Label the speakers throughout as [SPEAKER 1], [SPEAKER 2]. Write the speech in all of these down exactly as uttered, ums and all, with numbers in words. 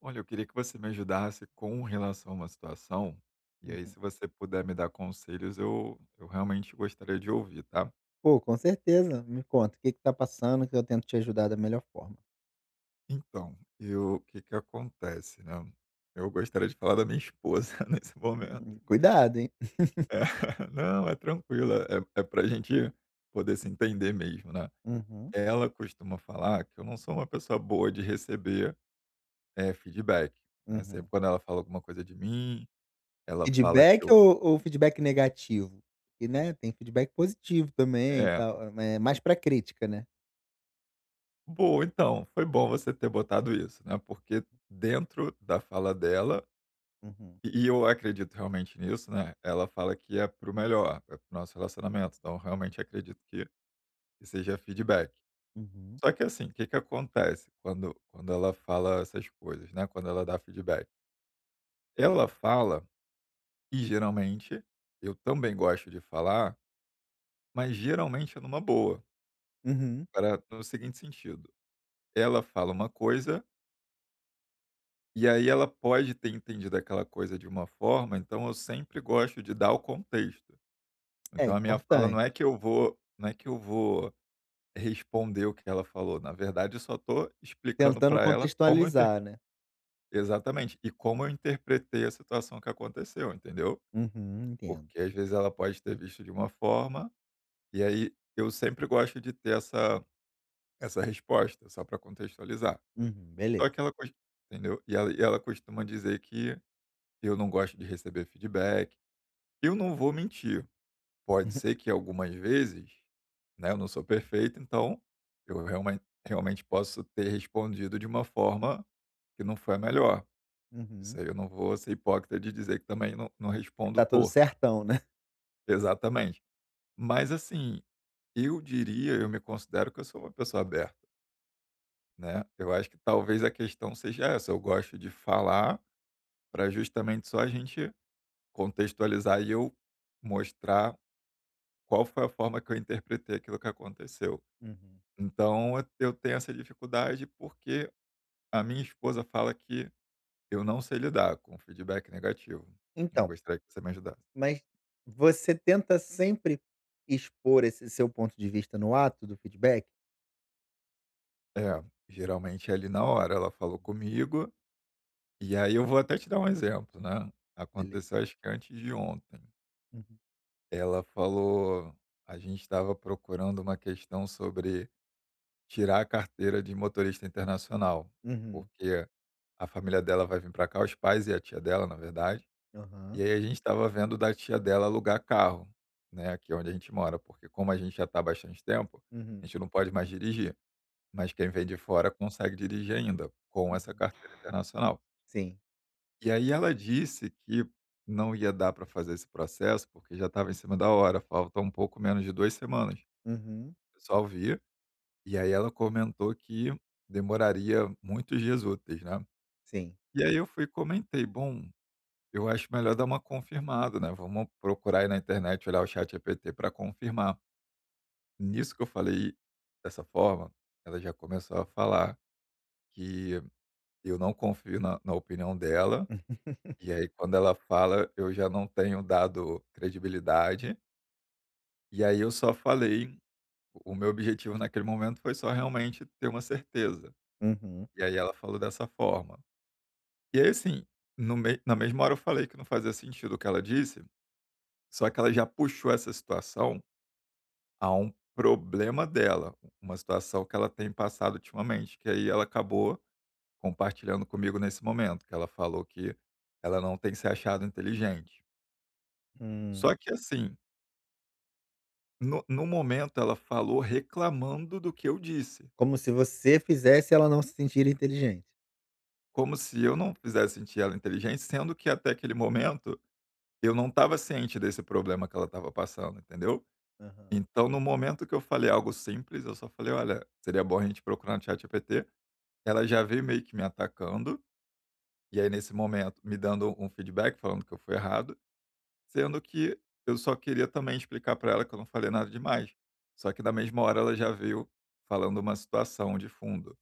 [SPEAKER 1] Olha, eu queria que você me ajudasse com relação a uma situação, e aí
[SPEAKER 2] Uhum.
[SPEAKER 1] se você puder me dar conselhos, eu, eu realmente gostaria de ouvir, tá?
[SPEAKER 2] Pô, com certeza. Me conta, o que que tá passando que eu tento te ajudar da melhor forma.
[SPEAKER 1] Então, eu, o que que acontece, né? Eu gostaria de falar da minha esposa nesse momento.
[SPEAKER 2] Hum, cuidado, hein.
[SPEAKER 1] É, não, é tranquilo, é, é pra gente poder se entender mesmo, né?
[SPEAKER 2] Uhum,
[SPEAKER 1] Ela costuma falar que eu não sou uma pessoa boa de receber é, feedback, né? Sempre
[SPEAKER 2] uhum.
[SPEAKER 1] quando ela fala alguma coisa de mim, ela fala que
[SPEAKER 2] Feedback
[SPEAKER 1] eu...
[SPEAKER 2] ou ou feedback negativo? Que, né, tem feedback positivo também e
[SPEAKER 1] é,
[SPEAKER 2] tal. É mais pra crítica, né.
[SPEAKER 1] Boa, então, foi bom você ter botado isso, né, porque dentro da fala dela,
[SPEAKER 2] Uhum,
[SPEAKER 1] e e eu acredito realmente nisso, né, ela fala que é para o melhor, é para o nosso relacionamento, então realmente acredito que que seja feedback.
[SPEAKER 2] uhum,
[SPEAKER 1] Só que assim, o que que acontece quando quando ela fala essas coisas, né, quando ela dá feedback? Ela fala, e geralmente eu também gosto de falar, mas geralmente é numa boa,
[SPEAKER 2] uhum.
[SPEAKER 1] para no seguinte sentido, ela fala uma coisa. E aí ela pode ter entendido aquela coisa de uma forma, então eu sempre gosto de dar o contexto.
[SPEAKER 2] É
[SPEAKER 1] Então a minha fala não
[SPEAKER 2] importante.
[SPEAKER 1] é que eu vou não é que eu vou responder o que ela falou, na verdade eu só estou explicando
[SPEAKER 2] Tentando
[SPEAKER 1] para ela como eu inter
[SPEAKER 2] contextualizar, né.
[SPEAKER 1] exatamente, e como eu interpretei a situação que aconteceu, entendeu?
[SPEAKER 2] Uhum, entendo.
[SPEAKER 1] Porque às vezes ela pode ter visto de uma forma, e aí eu sempre gosto de ter essa essa resposta, só para contextualizar.
[SPEAKER 2] Uhum,
[SPEAKER 1] Só
[SPEAKER 2] beleza.
[SPEAKER 1] que ela cos Entendeu? E ela e ela costuma dizer que eu não gosto de receber feedback. Eu não vou mentir, pode ser que algumas vezes, né, eu não sou perfeito, então eu realmen realmente posso ter respondido de uma forma que não foi a melhor. Isso
[SPEAKER 2] Uhum.
[SPEAKER 1] aí eu não vou ser hipócrita de dizer que também não não respondo
[SPEAKER 2] Tá tudo
[SPEAKER 1] torto.
[SPEAKER 2] certão, né.
[SPEAKER 1] Exatamente. Mas assim, eu diria, eu me considero que eu sou uma pessoa aberta, né. Eu acho que talvez a questão seja essa, eu gosto de falar para justamente só a gente contextualizar e eu mostrar qual foi a forma que eu interpretei aquilo que aconteceu.
[SPEAKER 2] Uhum.
[SPEAKER 1] Então eu eu tenho essa dificuldade, porque a minha esposa fala que eu não sei lidar com feedback negativo. Eu
[SPEAKER 2] Então,
[SPEAKER 1] gostaria que você me ajudasse.
[SPEAKER 2] mas você tenta sempre expor esse seu ponto de vista no ato do feedback?
[SPEAKER 1] É, geralmente é ali na hora, ela falou comigo, e aí eu vou até te dar um exemplo, né.
[SPEAKER 2] Beleza.
[SPEAKER 1] Aconteceu acho que antes de ontem.
[SPEAKER 2] Uhum.
[SPEAKER 1] Ela falou a gente estava procurando uma questão sobre tirar a carteira de motorista internacional,
[SPEAKER 2] Uhum.
[SPEAKER 1] porque a família dela vai vir para cá, os pais e a tia dela, na verdade. E
[SPEAKER 2] Aham.
[SPEAKER 1] aí a gente estava vendo da tia dela alugar carro, né, aqui onde a gente mora, porque como a gente já está há bastante tempo, a
[SPEAKER 2] Uhum.
[SPEAKER 1] gente não pode mais dirigir, mas quem vem de fora consegue dirigir ainda, com essa
[SPEAKER 2] Uhum.
[SPEAKER 1] carteira internacional.
[SPEAKER 2] Sim.
[SPEAKER 1] E aí ela disse que não ia dar para fazer esse processo, porque já estava em cima da hora, falta um pouco menos de duas semanas.
[SPEAKER 2] Uhum.
[SPEAKER 1] O pessoal via, e aí ela comentou que demoraria muitos dias úteis, né.
[SPEAKER 2] Sim.
[SPEAKER 1] E aí eu fui e comentei: "Bom, eu acho melhor dar uma confirmada, né, vamos procurar aí na internet, olhar o Chat ChatGPT para confirmar." Nisso que eu falei dessa forma, ela já começou a falar que eu não confio na na opinião dela, e aí quando ela fala eu já não tenho dado credibilidade, e aí eu só falei o meu objetivo naquele momento foi só realmente ter uma certeza,
[SPEAKER 2] Uhum.
[SPEAKER 1] e aí ela falou dessa forma. E aí assim, no mei na mesma hora eu falei que não fazia sentido o que ela disse, só que ela já puxou essa situação a um problema dela, uma situação que ela tem passado ultimamente, que aí ela acabou compartilhando comigo nesse momento, que ela falou que ela não tem se achado inteligente.
[SPEAKER 2] Hum.
[SPEAKER 1] Só que assim, no, no momento ela falou reclamando do que eu disse,
[SPEAKER 2] Como se você fizesse ela não se sentir inteligente.
[SPEAKER 1] como se eu não fizesse sentir ela inteligente, sendo que até aquele momento eu não estava ciente desse problema que ela estava passando, entendeu?
[SPEAKER 2] Aham.
[SPEAKER 1] Então, no momento que eu falei algo simples, eu só falei, olha, seria bom a gente procurar no chat G P T. Ela já veio meio que me atacando. E aí, nesse momento, me dando um feedback, falando que eu fui errado, sendo que eu só queria também explicar para ela que eu não falei nada demais. Só que na mesma hora ela já veio falando uma situação de fundo,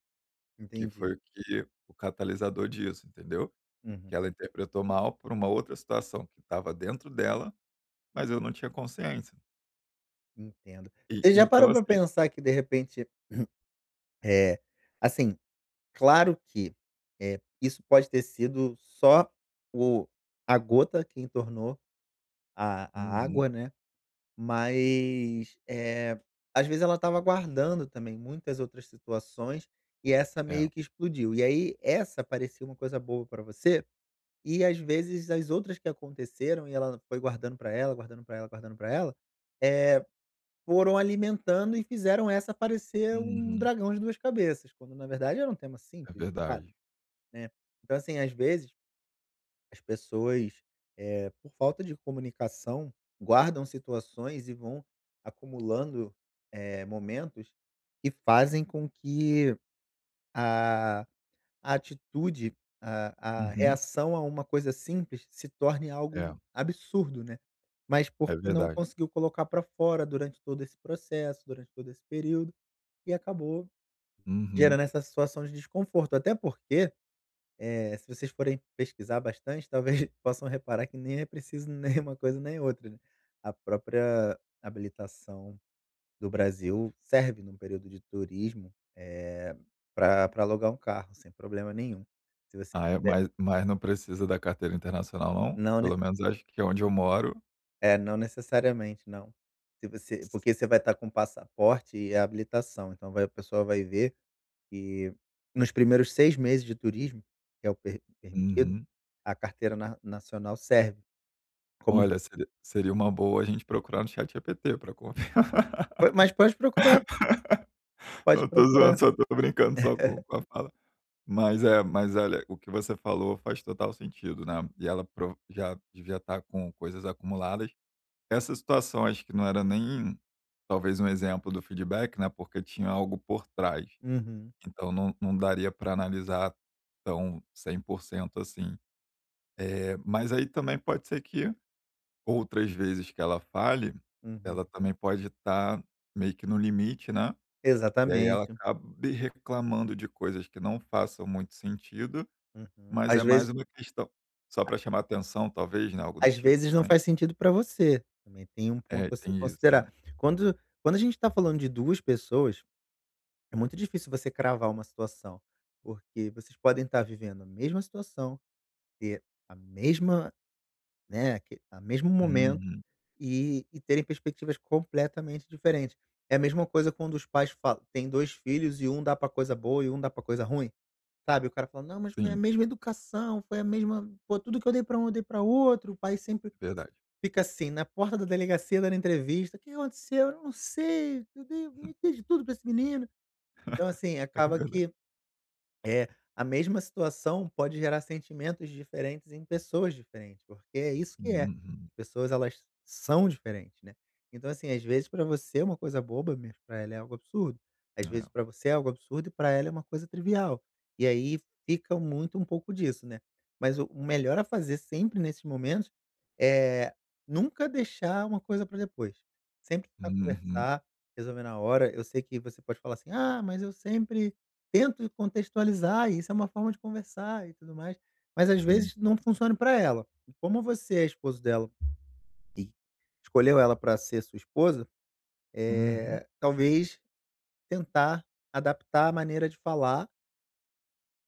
[SPEAKER 1] que
[SPEAKER 2] Entendi.
[SPEAKER 1] foi o que o catalisador disso, entendeu?
[SPEAKER 2] Uhum,
[SPEAKER 1] Que ela interpretou mal por uma outra situação que estava dentro dela, mas eu não tinha consciência.
[SPEAKER 2] entendo.
[SPEAKER 1] E
[SPEAKER 2] Você já
[SPEAKER 1] então
[SPEAKER 2] parou pra
[SPEAKER 1] assim.
[SPEAKER 2] pensar que de repente, é assim, claro que, é. isso pode ter sido só o a gota que entornou a a
[SPEAKER 1] Uhum,
[SPEAKER 2] água, né. Mas, é às vezes ela estava guardando também muitas outras situações, e essa
[SPEAKER 1] é.
[SPEAKER 2] meio que explodiu. E aí essa parecia uma coisa boa para você, e às vezes as outras que aconteceram e ela foi guardando para ela, guardando para ela, guardando para ela, eh, foram alimentando e fizeram essa parecer um
[SPEAKER 1] Uhum,
[SPEAKER 2] dragão de duas cabeças, quando na verdade era um tema
[SPEAKER 1] é
[SPEAKER 2] simples de fato,
[SPEAKER 1] verdade.
[SPEAKER 2] né. Então assim, às vezes as pessoas, eh, por falta de comunicação, guardam situações e vão acumulando, eh, momentos que fazem com que a a atitude, a a
[SPEAKER 1] Uhum,
[SPEAKER 2] reação a uma coisa simples se torne
[SPEAKER 1] é,
[SPEAKER 2] algo absurdo, né. Mas
[SPEAKER 1] é
[SPEAKER 2] porque não
[SPEAKER 1] verdade.
[SPEAKER 2] conseguiu colocar para fora durante todo esse processo, durante todo esse período, e acabou
[SPEAKER 1] Uhum.
[SPEAKER 2] gerando essa situação de desconforto. Até porque eh, se vocês forem pesquisar bastante, talvez possam reparar que nem é preciso nenhuma coisa nem outra, né. A própria habilitação do Brasil serve num período de turismo, para pra alugar um carro, sem problema nenhum. Se você
[SPEAKER 1] Ah, é,
[SPEAKER 2] tiver
[SPEAKER 1] mas mas não precisa da carteira internacional não?
[SPEAKER 2] não
[SPEAKER 1] Pelo
[SPEAKER 2] nece
[SPEAKER 1] menos acho que é onde eu moro.
[SPEAKER 2] é, não necessariamente, não. Se você porque você vai estar com passaporte e a habilitação, então vai a pessoa vai ver que nos primeiros seis meses de turismo, que é o per permitido,
[SPEAKER 1] Uhum.
[SPEAKER 2] a carteira na nacional serve como.
[SPEAKER 1] Olha, seria seria uma boa a gente procurar no chat G P T pra confiar.
[SPEAKER 2] Pô, mas pode procurar, pode
[SPEAKER 1] Eu tô zoando,
[SPEAKER 2] procurar.
[SPEAKER 1] só tô brincando só com com a fala. Mas é, mas olha, o que você falou faz total sentido, né, e ela pro já devia estar com coisas acumuladas. Essa situação acho que não era nem, talvez, um exemplo do feedback, né, porque tinha algo por trás,
[SPEAKER 2] Uhum,
[SPEAKER 1] então não não daria para analisar tão cem por cento assim. Mas aí também pode ser que outras vezes que ela fale,
[SPEAKER 2] uhum.
[SPEAKER 1] ela também pode estar meio que no limite, né? E aí ela
[SPEAKER 2] Exatamente.
[SPEAKER 1] acabe reclamando de coisas que não façam muito sentido,
[SPEAKER 2] Uhum.
[SPEAKER 1] mas é
[SPEAKER 2] Às
[SPEAKER 1] mais
[SPEAKER 2] vezes
[SPEAKER 1] uma questão só para chamar atenção, talvez, né? Algo do
[SPEAKER 2] às
[SPEAKER 1] tipo
[SPEAKER 2] vezes não
[SPEAKER 1] também.
[SPEAKER 2] faz sentido para você, também tem um ponto
[SPEAKER 1] É,
[SPEAKER 2] a se
[SPEAKER 1] tem isso também.
[SPEAKER 2] considerar. Quando quando a gente está falando de duas pessoas, é muito difícil você cravar uma situação, porque vocês podem estar vivendo a mesma situação, ter a mesma, né, aque a mesmo momento
[SPEAKER 1] Uhum.
[SPEAKER 2] e e terem perspectivas completamente diferentes. É a mesma coisa quando os pais falam tem dois filhos e um dá para coisa boa e um dá para coisa ruim. Sabe, o cara fala: "Não, mas foi a
[SPEAKER 1] Sim,
[SPEAKER 2] mesma educação, foi a mesma pô, tudo que eu dei pra um, eu dei pra outro". O pai sempre
[SPEAKER 1] é verdade.
[SPEAKER 2] fica assim, na porta da delegacia dando entrevista: "O que aconteceu?", "Eu não sei, eu dei me dei de tudo pra esse menino". Então, assim,
[SPEAKER 1] É
[SPEAKER 2] acaba
[SPEAKER 1] verdade.
[SPEAKER 2] que é, a mesma situação pode gerar sentimentos diferentes em pessoas diferentes, porque é isso que é.
[SPEAKER 1] Uhum.
[SPEAKER 2] As pessoas, elas são diferentes, né. Então, assim, às vezes para você é uma coisa boba, mas pra ela é algo absurdo. Às
[SPEAKER 1] É.
[SPEAKER 2] vezes para você é algo absurdo e para ela é uma coisa trivial. E aí fica muito um pouco disso, né. Mas o o melhor a fazer sempre nesses momentos é nunca deixar uma coisa para depois. Sempre tentar
[SPEAKER 1] Uhum.
[SPEAKER 2] conversar, resolver na hora. Eu sei que você pode falar assim: "Ah, mas eu sempre tento contextualizar, e isso é uma forma de conversar e tudo mais, mas às
[SPEAKER 1] Sim.
[SPEAKER 2] vezes não funciona para ela". E como você é esposo dela e escolheu ela para ser sua esposa,
[SPEAKER 1] Uhum.
[SPEAKER 2] é talvez tentar adaptar a maneira de falar,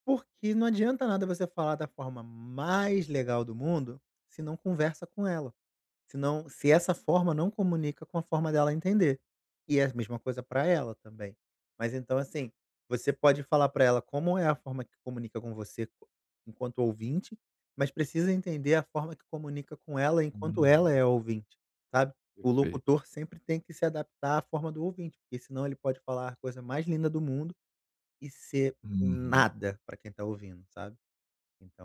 [SPEAKER 2] porque não adianta nada você falar da forma mais legal do mundo se não conversa com ela. Se não se essa forma não comunica com a forma dela entender. E é a mesma coisa para ela também. Mas então, assim, você pode falar para ela como é a forma que comunica com você co- enquanto ouvinte, mas precisa entender a forma que comunica com ela enquanto
[SPEAKER 1] Uhum.
[SPEAKER 2] ela é ouvinte, sabe. O
[SPEAKER 1] Perfeito.
[SPEAKER 2] locutor sempre tem que se adaptar à forma do ouvinte, porque senão ele pode falar a coisa mais linda do mundo e ser
[SPEAKER 1] Uhum.
[SPEAKER 2] nada para quem está ouvindo, sabe.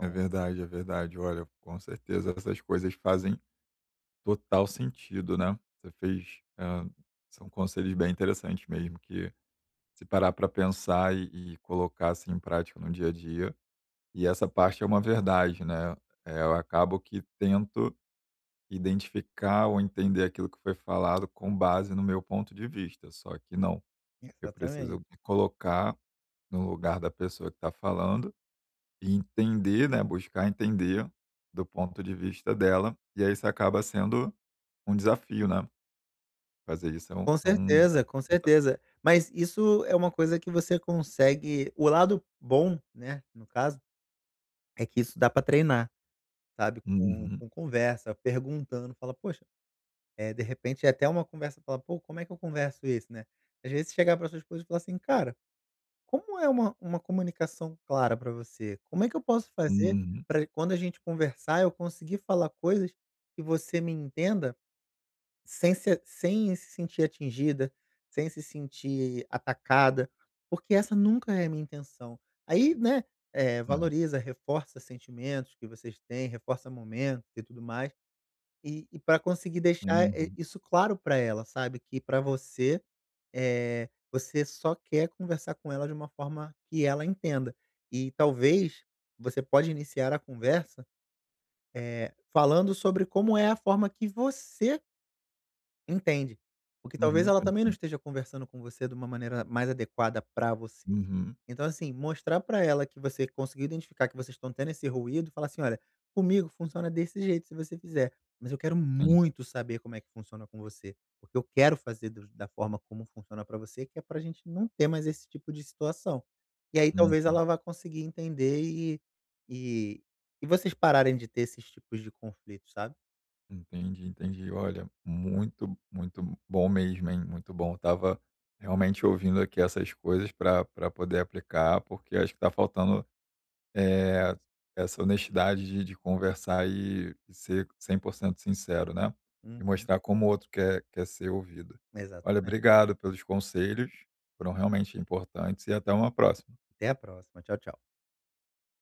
[SPEAKER 1] É verdade, é verdade. Olha, com certeza essas coisas fazem total sentido, né. Você fez, hã, são conselhos bem interessantes mesmo que se parar para pensar e e colocar, assim, em prática no dia a dia. E essa parte é uma verdade, né. Eh, eu acabo que tento identificar ou entender aquilo que foi falado com base no meu ponto de vista, só que não, eu preciso
[SPEAKER 2] exatamente.
[SPEAKER 1] me colocar no lugar da pessoa que está falando e entender, né, buscar entender do ponto de vista dela, e aí isso acaba sendo um desafio, né? Fazer isso é um
[SPEAKER 2] Com
[SPEAKER 1] é um
[SPEAKER 2] certeza, com
[SPEAKER 1] desafio.
[SPEAKER 2] certeza. Mas isso é uma coisa que você consegue o lado bom, né, no caso, é que isso dá pra treinar, sabe, com
[SPEAKER 1] Uhum,
[SPEAKER 2] com conversa, perguntando, fala: "Poxa", é de repente é até uma conversa, fala: "Pô, como é que eu converso isso, né?". Às vezes chegar pra sua esposa e falar assim: "Cara, como é uma uma comunicação clara pra você? Como é que eu posso fazer
[SPEAKER 1] uhum.
[SPEAKER 2] pra quando a gente conversar, eu conseguir falar coisas que você me entenda?" Sem se sem se sentir atingida, sem se sentir atacada, porque essa nunca é a minha intenção. Aí, né, eh,
[SPEAKER 1] É,
[SPEAKER 2] valoriza, reforça sentimentos que vocês têm, reforça momentos e tudo mais, e e pra conseguir deixar, eh,
[SPEAKER 1] uhum,
[SPEAKER 2] isso claro para ela, sabe, que para você, eh, você só quer conversar com ela de uma forma que ela entenda. E talvez você pode iniciar a conversa, eh, falando sobre como é a forma que você entende. Porque
[SPEAKER 1] uhum,
[SPEAKER 2] talvez ela
[SPEAKER 1] eu
[SPEAKER 2] também não
[SPEAKER 1] entendo.
[SPEAKER 2] esteja conversando com você de uma maneira mais adequada pra você.
[SPEAKER 1] Uhum,
[SPEAKER 2] Então, assim, mostrar pra ela que você conseguiu identificar que vocês estão tendo esse ruído, falar assim: "Olha, comigo funciona desse jeito se você fizer, mas eu quero
[SPEAKER 1] sim.
[SPEAKER 2] muito saber como é que funciona com você, porque eu quero fazer do da forma como funciona pra você, que é pra gente não ter mais esse tipo de situação". E aí talvez
[SPEAKER 1] Uhum.
[SPEAKER 2] ela vá conseguir entender e e e vocês pararem de ter esses tipos de conflitos, sabe.
[SPEAKER 1] Entendi, entendi. Olha, muito, muito bom mesmo, hein, muito bom. Eu tava realmente ouvindo aqui essas coisas para para poder aplicar, porque acho que tá faltando É, essa honestidade de de conversar e e ser cem por cento sincero, né, e
[SPEAKER 2] Uhum.
[SPEAKER 1] mostrar como o outro quer quer ser ouvido. Olha,
[SPEAKER 2] Exatamente.
[SPEAKER 1] obrigado pelos conselhos, foram realmente importantes e até uma próxima.
[SPEAKER 2] Até a próxima. Tchau, tchau.